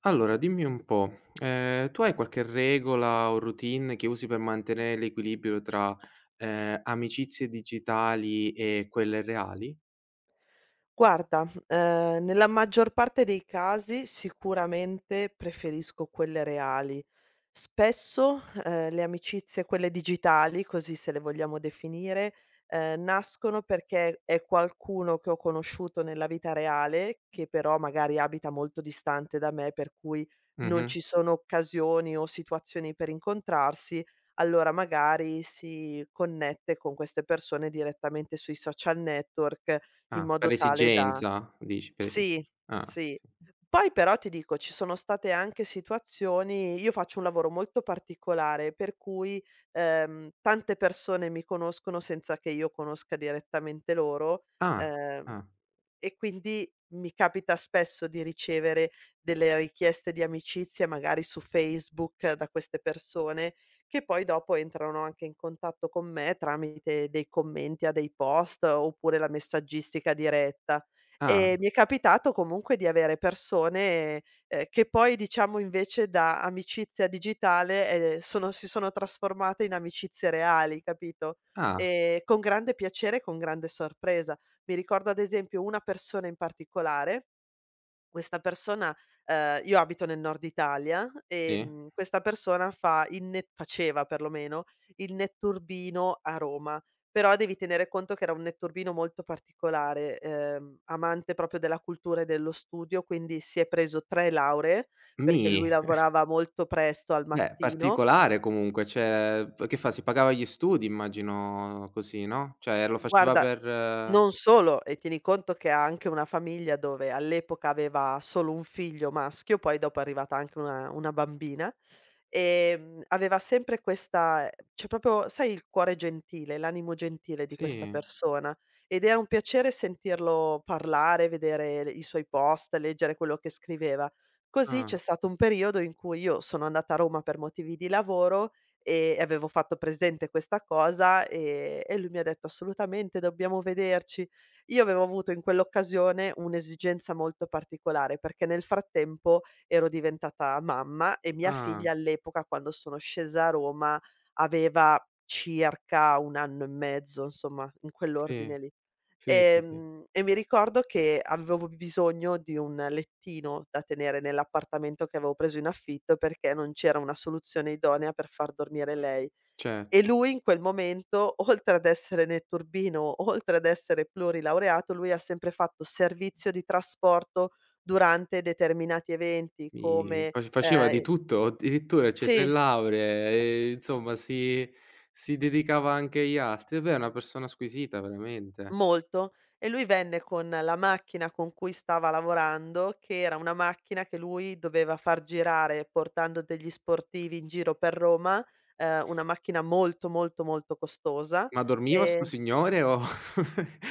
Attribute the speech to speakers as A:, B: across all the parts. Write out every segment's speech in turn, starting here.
A: Allora dimmi un po', tu hai qualche regola o routine che usi per mantenere l'equilibrio tra, amicizie digitali e quelle reali?
B: Guarda, nella maggior parte dei casi sicuramente preferisco quelle reali. Spesso, le amicizie, quelle digitali, così se le vogliamo definire, nascono perché è qualcuno che ho conosciuto nella vita reale, che però magari abita molto distante da me, per cui non
A: Mh-mh.
B: ci sono occasioni o situazioni per incontrarsi, allora magari si connette con queste persone direttamente sui social network in
A: Ah, per
B: modo tale da
A: esigenza dici, per esi
B: sì,
A: ah,
B: sì.
A: sì, sì.
B: Poi però ti dico, ci sono state anche situazioni, io faccio un lavoro molto particolare, per cui, tante persone mi conoscono senza che io conosca direttamente loro,
A: Ah,
B: ehm
A: ah,
B: e quindi mi capita spesso di ricevere delle richieste di amicizia, magari su Facebook, da queste persone, che poi dopo entrano anche in contatto con me tramite dei commenti a dei post, oppure la messaggistica diretta. E
A: ah,
B: mi è capitato comunque di avere persone, che poi diciamo invece da amicizia digitale, sono si sono trasformate in amicizie reali, capito?
A: ah,
B: Con grande piacere e con grande sorpresa. Mi ricordo ad esempio una persona in particolare, questa persona, io abito nel Nord Italia,
A: sì.
B: questa persona fa il ne faceva perlomeno, il netturbino a Roma, però devi tenere conto che era un netturbino molto particolare, amante proprio della cultura e dello studio, quindi si è preso 3 lauree, perché
A: Mì,
B: lui lavorava molto presto al
A: beh,
B: mattino.
A: particolare comunque, cioè p che fa? Si pagava gli studi immagino così, no, cioè lo faceva
B: Guarda,
A: per
B: non solo, e tieni conto che ha anche una famiglia dove all'epoca aveva solo un figlio maschio, poi dopo è arrivata anche una bambina, aveva sempre questa, cioè proprio, sai, il cuore gentile, l'animo gentile di questa
A: sì,
B: persona, ed era un piacere sentirlo parlare, vedere le i suoi post, leggere quello che scriveva. Così c'è
A: ah,
B: stato un periodo in cui io sono andata a Roma per motivi di lavoro e avevo fatto presente questa cosa, e lui mi ha detto: "Assolutamente dobbiamo vederci". Io avevo avuto in quell'occasione un'esigenza molto particolare, perché nel frattempo ero diventata mamma e mia
A: ah,
B: figlia all'epoca, quando sono scesa a Roma, aveva circa 1 anno e mezzo, insomma in
A: sì,
B: quell'ordine lì.
A: sì, sì, sì,
B: E mi ricordo che avevo bisogno di un lettino da tenere nell'appartamento che avevo preso in affitto, perché non c'era una soluzione idonea per far dormire lei.
A: certo.
B: E lui in quel momento, oltre ad essere nel turbino, oltre ad essere plurilaureato, lui ha sempre fatto servizio di trasporto durante determinati eventi
A: Mi
B: come
A: fa Faceva di
B: ehm
A: tutto, addirittura c'è 3
B: sì.
A: lauree e insomma si dedicava anche agli altri. E beh, è una persona squisita veramente.
B: Molto. E lui venne con la macchina con cui stava lavorando, che era una macchina che lui doveva far girare portando degli sportivi in giro per Roma, una macchina molto, molto, molto costosa,
A: Ma dormiva sto
B: ehm
A: signore o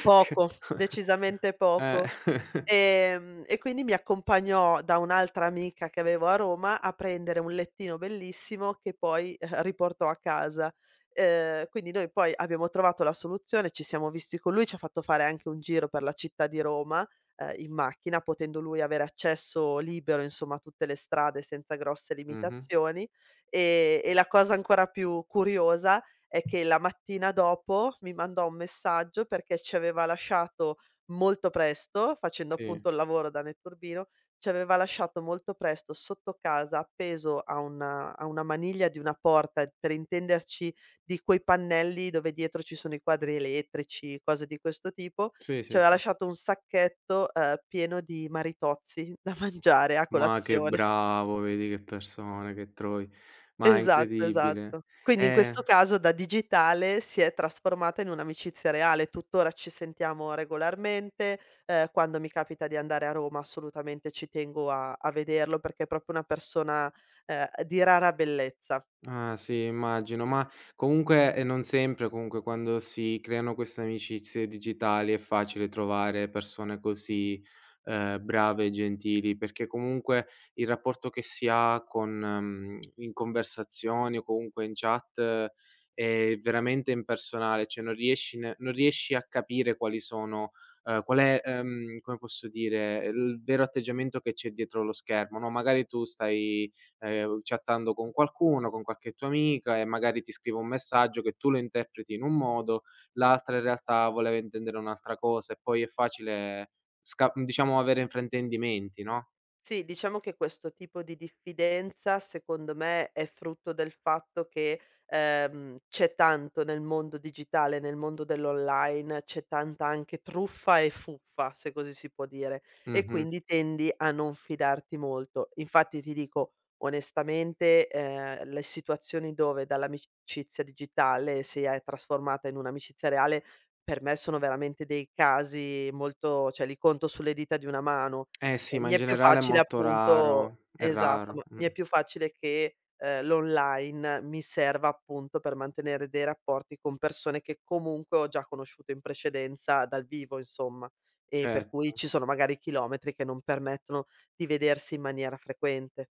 B: poco, decisamente
A: eh.
B: poco. E quindi mi accompagnò da un'altra amica che avevo a Roma a prendere un lettino bellissimo che poi riportò a casa. Quindi noi poi abbiamo trovato la soluzione, ci siamo visti con lui, ci ha fatto fare anche un giro per la città di Roma, in macchina, potendo lui avere accesso libero, insomma, a tutte le strade senza grosse
A: Mh-mh.
B: limitazioni. E la cosa ancora più curiosa è che la mattina dopo mi mandò un messaggio perché ci aveva lasciato molto presto, facendo
A: Sì,
B: appunto il lavoro da netturbino, ci aveva lasciato molto presto sotto casa appeso a una maniglia di una porta, per intenderci di quei pannelli dove dietro ci sono i quadri elettrici, cose di questo tipo,
A: sì,
B: ci
A: sì.
B: aveva
A: Sì.
B: lasciato un sacchetto, pieno di maritozzi da mangiare a
A: Ma che
B: colazione.
A: bravo, vedi che persona, che troi ma è
B: Esatto, esatto.
A: incredibile.
B: Quindi in
A: Eh.
B: questo caso da digitale si è trasformata in un'amicizia reale. Tuttora ci sentiamo regolarmente, quando mi capita di andare a Roma assolutamente ci tengo a vederlo perché è proprio una persona, di rara bellezza.
A: Ah sì, immagino, ma comunque, non sempre, comunque quando si creano queste amicizie digitali è facile trovare persone così, brave e gentili, perché comunque il rapporto che si ha con in conversazioni o comunque in chat è veramente impersonale, cioè non riesci a capire quali sono qual è, come posso dire, il vero atteggiamento che c'è dietro lo schermo, no, magari tu stai chattando con qualcuno, con qualche tua amica e magari ti scrive un messaggio che tu lo interpreti in un modo, l'altra in realtà voleva intendere un'altra cosa e poi è facile sca diciamo avere fraintendimenti, no.
B: Sì, diciamo che questo tipo di diffidenza secondo me è frutto del fatto che, c'è tanto nel mondo digitale, nel mondo dell'online, c'è tanta anche truffa e fuffa, se così si può dire, e
A: Mh-mh.
B: quindi tendi a non fidarti molto. Infatti ti dico onestamente, le situazioni dove dall'amicizia digitale si è trasformata in un'amicizia reale, per me sono veramente dei casi molto, cioè li conto sulle dita di una mano.
A: Eh sì, ma
B: Mi
A: in
B: è più
A: generale è
B: facile,
A: molto
B: appunto.
A: raro, è
B: Esatto,
A: raro,
B: ma
A: mh.
B: mi è più facile che, l'online mi serva appunto per mantenere dei rapporti con persone che comunque ho già conosciuto in precedenza dal vivo, insomma, e per cui
A: Certo.
B: ci sono magari chilometri che non permettono di vedersi in maniera frequente.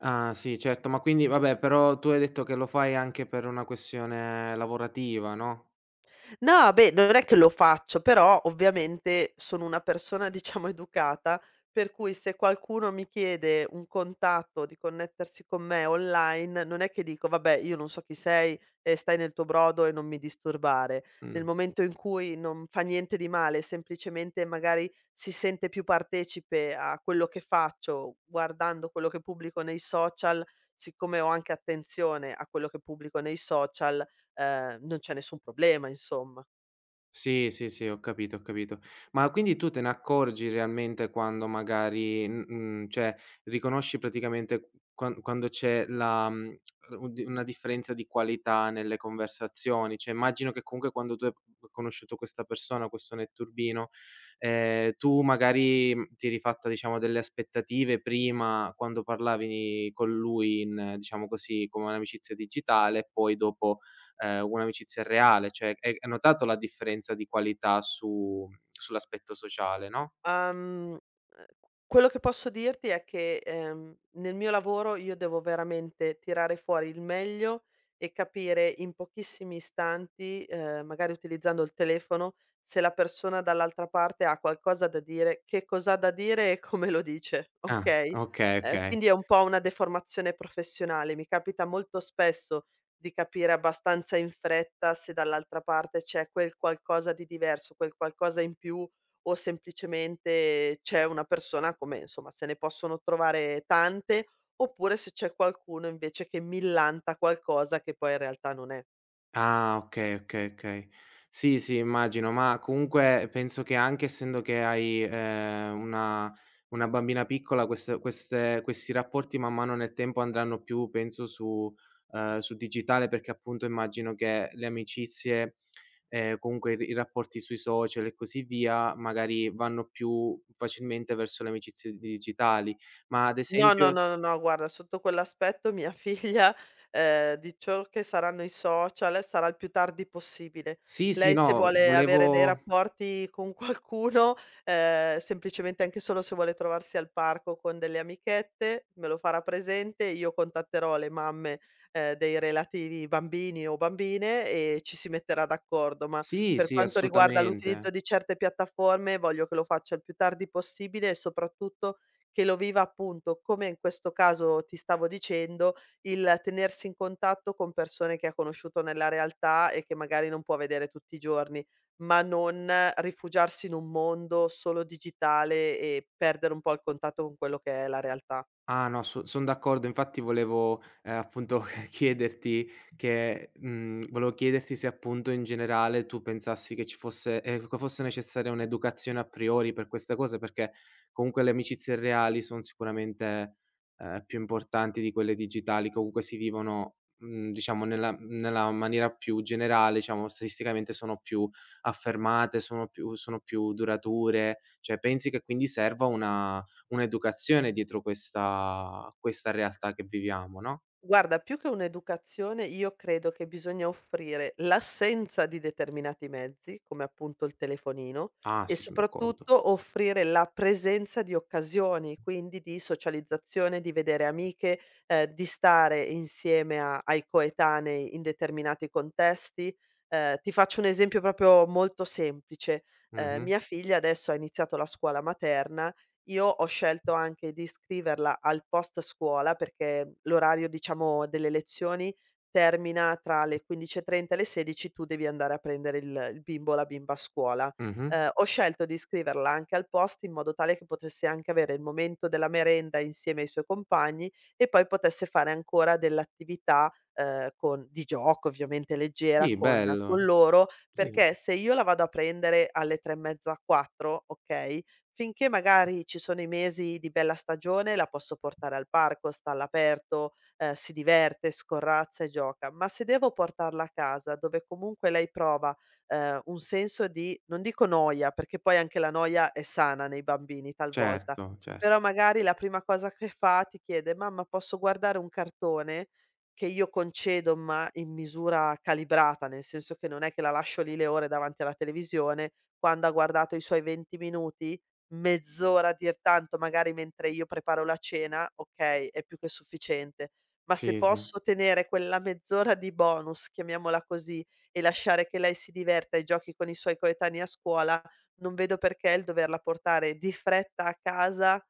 A: Ah sì, certo, ma quindi vabbè, però tu hai detto che lo fai anche per una questione lavorativa, no?
B: No, beh, non è che lo faccio, però ovviamente sono una persona diciamo educata, per cui se qualcuno mi chiede un contatto di connettersi con me online, non è che dico: "Vabbè, io non so chi sei e stai nel tuo brodo e non mi disturbare".
A: Mh.
B: Nel momento in cui non fa niente di male, semplicemente magari si sente più partecipe a quello che faccio guardando quello che pubblico nei social, siccome ho anche attenzione a quello che pubblico nei social, non c'è nessun problema, insomma.
A: Sì, sì, sì, ho capito, ho capito. Ma quindi tu te ne accorgi realmente quando magari, mhmm, cioè riconosci praticamente quando c'è la mhmm, un di una differenza di qualità nelle conversazioni? Cioè immagino che comunque quando tu hai conosciuto questa persona, questo netturbino, tu magari, mhmm, ti eri fatta diciamo delle aspettative prima quando parlavi con lui in diciamo così, come un'amicizia digitale e poi dopo un'amicizia reale, cioè hai notato la differenza di qualità su sull'aspetto sociale, no?
B: Uhm, ehm, quello che posso dirti è che, nel mio lavoro io devo veramente tirare fuori il meglio e capire in pochissimi istanti, magari utilizzando il telefono, se la persona dall'altra parte ha qualcosa da dire, che cos'ha da dire e come lo dice,
A: Ah,
B: okay?
A: okay, okay.
B: Quindi è un po' una deformazione professionale. Mi capita molto spesso di capire abbastanza in fretta se dall'altra parte c'è quel qualcosa di diverso, quel qualcosa in più, o semplicemente c'è una persona, come insomma se ne possono trovare tante, oppure se c'è qualcuno invece che millanta qualcosa che poi in realtà non è.
A: Ah, okay, okay, okay. Sì, sì, immagino, ma comunque penso che anche essendo che hai, una bambina piccola queste questi rapporti man mano nel tempo andranno più penso su sul digitale, perché appunto immagino che le amicizie, comunque i rapporti sui social e così via, magari vanno più facilmente verso le amicizie digitali. Ma ad
B: No, no,
A: esempio
B: no, no, no, guarda, sotto quell'aspetto mia figlia, di ciò che saranno i social, sarà il più tardi possibile.
A: sì, sì,
B: Lei se
A: no,
B: vuole avere dei
A: volevo
B: rapporti con qualcuno, semplicemente anche solo se vuole trovarsi al parco con delle amichette, me lo farà presente, io contatterò le mamme, dei relativi bambini o bambine e ci si metterà d'accordo, ma
A: sì,
B: per
A: sì,
B: quanto riguarda l'utilizzo
A: assolutamente.
B: di certe piattaforme voglio che lo faccia il più tardi possibile e soprattutto che lo viva appunto, come in questo caso ti stavo dicendo, il tenersi in contatto con persone che ha conosciuto nella realtà e che magari non può vedere tutti i giorni, ma non rifugiarsi in un mondo solo digitale e perdere un po' il contatto con quello che è la realtà.
A: Ah no, son d'accordo. Infatti volevo, appunto chiederti che mhmm, volevo chiederti se appunto in generale tu pensassi che ci fosse che fosse necessaria un'educazione a priori per queste cose, perché comunque le amicizie reali son sicuramente, più importanti di quelle digitali, comunque si vivono, mhmm, diciamo nella maniera più generale, diciamo statisticamente sono più affermate, sono più durature. Cioè pensi che quindi serva una un'educazione dietro questa realtà che viviamo, no.
B: Guarda, più che un'educazione io credo che bisogna offrire l'assenza di determinati mezzi, come appunto il telefonino,
A: Ah
B: e
A: sì, son d'accordo.
B: soprattutto offrire la presenza di occasioni, quindi di socializzazione, di vedere amiche, di stare insieme a ai coetanei in determinati contesti. Ti faccio un esempio proprio molto semplice:
A: Mh-mh.
B: mia figlia adesso ha iniziato la scuola materna, io ho scelto anche di iscriverla al post scuola, perché l'orario, diciamo, delle lezioni termina tra le 15:30 e trenta e le 16, tu devi andare a prendere il bimbo o la bimba a scuola.
A: Mh-mh.
B: Ho scelto di iscriverla anche al post in modo tale che potesse anche avere il momento della merenda insieme ai suoi compagni e poi potesse fare ancora dell'attività, con di gioco ovviamente leggera
A: Sì,
B: con
A: bello.
B: con loro,
A: Sì,
B: perché se io la vado a prendere alle 3 e mezza, 4, okay. Finché magari ci sono i mesi di bella stagione la posso portare al parco, sta all'aperto, si diverte, scorrazza e gioca, ma se devo portarla a casa dove comunque lei prova, un senso di, non dico noia, perché poi anche la noia è sana nei bambini talvolta,
A: certo, cer
B: però magari la prima cosa che fa ti chiede: "Mamma, posso guardare un cartone?" Che io concedo, ma in misura calibrata, nel senso che non è che la lascio lì le ore davanti alla televisione, quando ha guardato i suoi 20 minuti, mezz'ora a dir tanto, magari mentre io preparo la cena, okay, è più che sufficiente. Ma se
A: Sì, sì.
B: posso tenere quella mezz'ora di bonus, chiamiamola così, e lasciare che lei si diverta e giochi con i suoi coetanei a scuola, non vedo perché il doverla portare di fretta a casa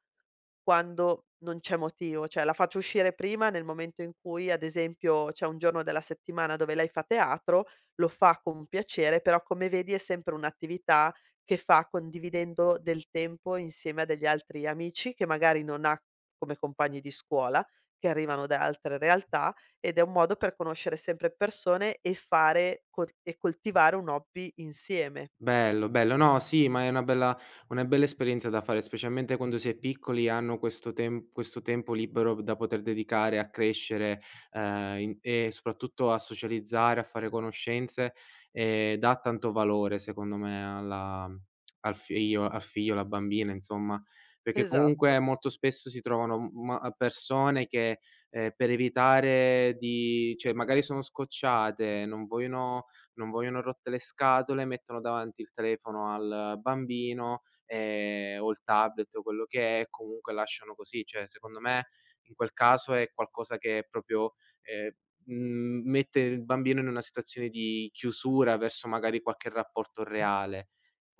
B: quando non c'è motivo, cioè la faccio uscire prima nel momento in cui, ad esempio, c'è un giorno della settimana dove lei fa teatro, lo fa con piacere, però come vedi è sempre un'attività che fa condividendo del tempo insieme a degli altri amici che magari non ha come compagni di scuola, che arrivano da altre realtà ed è un modo per conoscere sempre persone e fare coltivare un hobby insieme.
A: Bello, bello. No, sì, ma è una bella esperienza da fare, specialmente quando si è piccoli e hanno questo tem questo tempo libero da poter dedicare a crescere, in e soprattutto a socializzare, a fare conoscenze, dà tanto valore secondo me alla al figlio, alla bambina insomma, perché
B: Esatto.
A: comunque molto spesso si trovano m ma persone che, per evitare di cioè magari sono scocciate, non vogliono rotte le scatole, mettono davanti il telefono al bambino, o il tablet o quello che è, e comunque lasciano così. Cioè, secondo me in quel caso è qualcosa che proprio, ehm, mette il bambino in una situazione di chiusura verso magari qualche rapporto reale.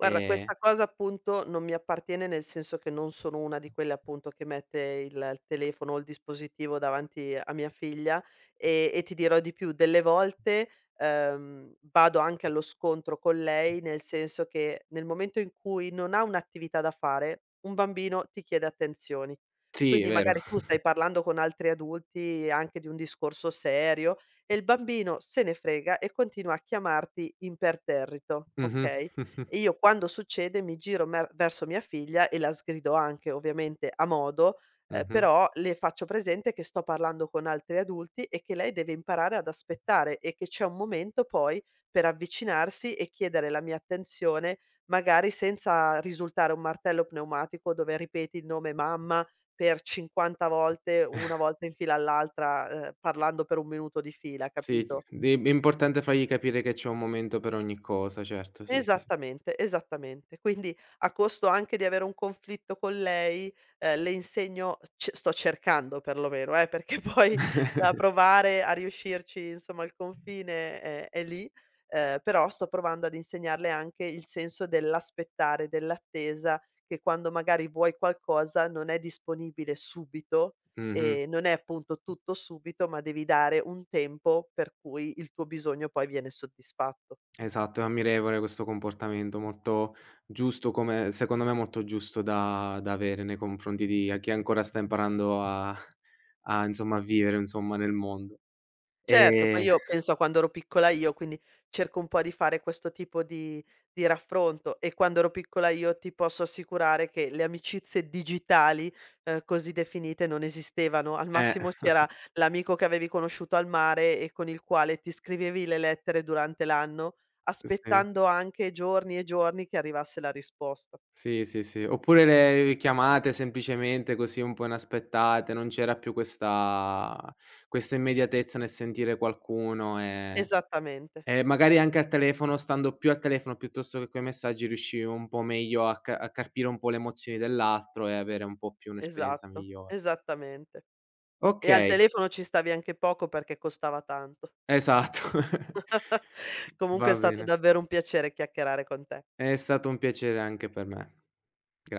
B: Guarda, questa cosa appunto non mi appartiene, nel senso che non sono una di quelle appunto che mette il telefono o il dispositivo davanti a mia figlia, e ti dirò di più, delle volte, vado anche allo scontro con lei, nel senso che nel momento in cui non ha un'attività da fare, un bambino ti chiede attenzioni.
A: sì, è
B: Quindi
A: vero.
B: magari tu stai parlando con altri adulti anche di un discorso serio e il bambino se ne frega e continua a chiamarti imperterrito,
A: Mh-mh.
B: okay?
A: Mh-mh.
B: E io quando succede mi giro mer verso mia figlia e la sgrido anche, ovviamente a modo, però le faccio presente che sto parlando con altri adulti e che lei deve imparare ad aspettare e che c'è un momento poi per avvicinarsi e chiedere la mia attenzione, magari senza risultare un martello pneumatico dove ripeti il nome mamma per 50 volte, una volta in fila all'altra, parlando per 1 minuto di fila,
A: Sì, c
B: capito?
A: di è importante fargli capire che c'è un momento per ogni cosa, certo, sì, sì, sì.
B: Esattamente, esattamente. Quindi a costo anche di avere un conflitto con lei, le insegno c sto cercando perlomeno, perché poi, da provare a riuscirci, insomma, il confine è lì, però sto provando ad insegnarle anche il senso dell'aspettare, dell'attesa, che quando magari vuoi qualcosa non è disponibile subito,
A: Mh-mh.
B: e non è appunto tutto subito, ma devi dare un tempo per cui il tuo bisogno poi viene soddisfatto.
A: Esatto, è ammirevole questo comportamento, molto giusto come secondo me molto giusto da avere nei confronti di a chi ancora sta imparando a insomma a vivere insomma nel mondo.
B: Certo, poi
A: Ehm,
B: io penso a quando ero piccola io, quindi cerco un po' di fare questo tipo di raffronto, e quando ero piccola io ti posso assicurare che le amicizie digitali, così definite non esistevano. Al
A: eh,
B: massimo c'era l'amico che avevi conosciuto al mare e con il quale ti scrivevi le lettere durante l'anno,
A: sì.
B: aspettando anche giorni e giorni che arrivasse la risposta.
A: Sì, sì, sì. Oppure le chiamate semplicemente così un po' inaspettate, non c'era più questa questa immediatezza nel sentire qualcuno e
B: Esattamente,
A: Magari anche al telefono, stando più al telefono piuttosto che coi messaggi, riuscivi un po' meglio a ca a carpire un po' le emozioni dell'altro e avere un po' più un'esperienza
B: esatto,
A: migliore.
B: esattamente. E al
A: Okay,
B: telefono ci stavi anche poco perché costava tanto.
A: esatto.
B: Comunque è
A: Va
B: stato
A: bene.
B: davvero un piacere chiacchierare con te.
A: È stato un piacere anche per me. Gra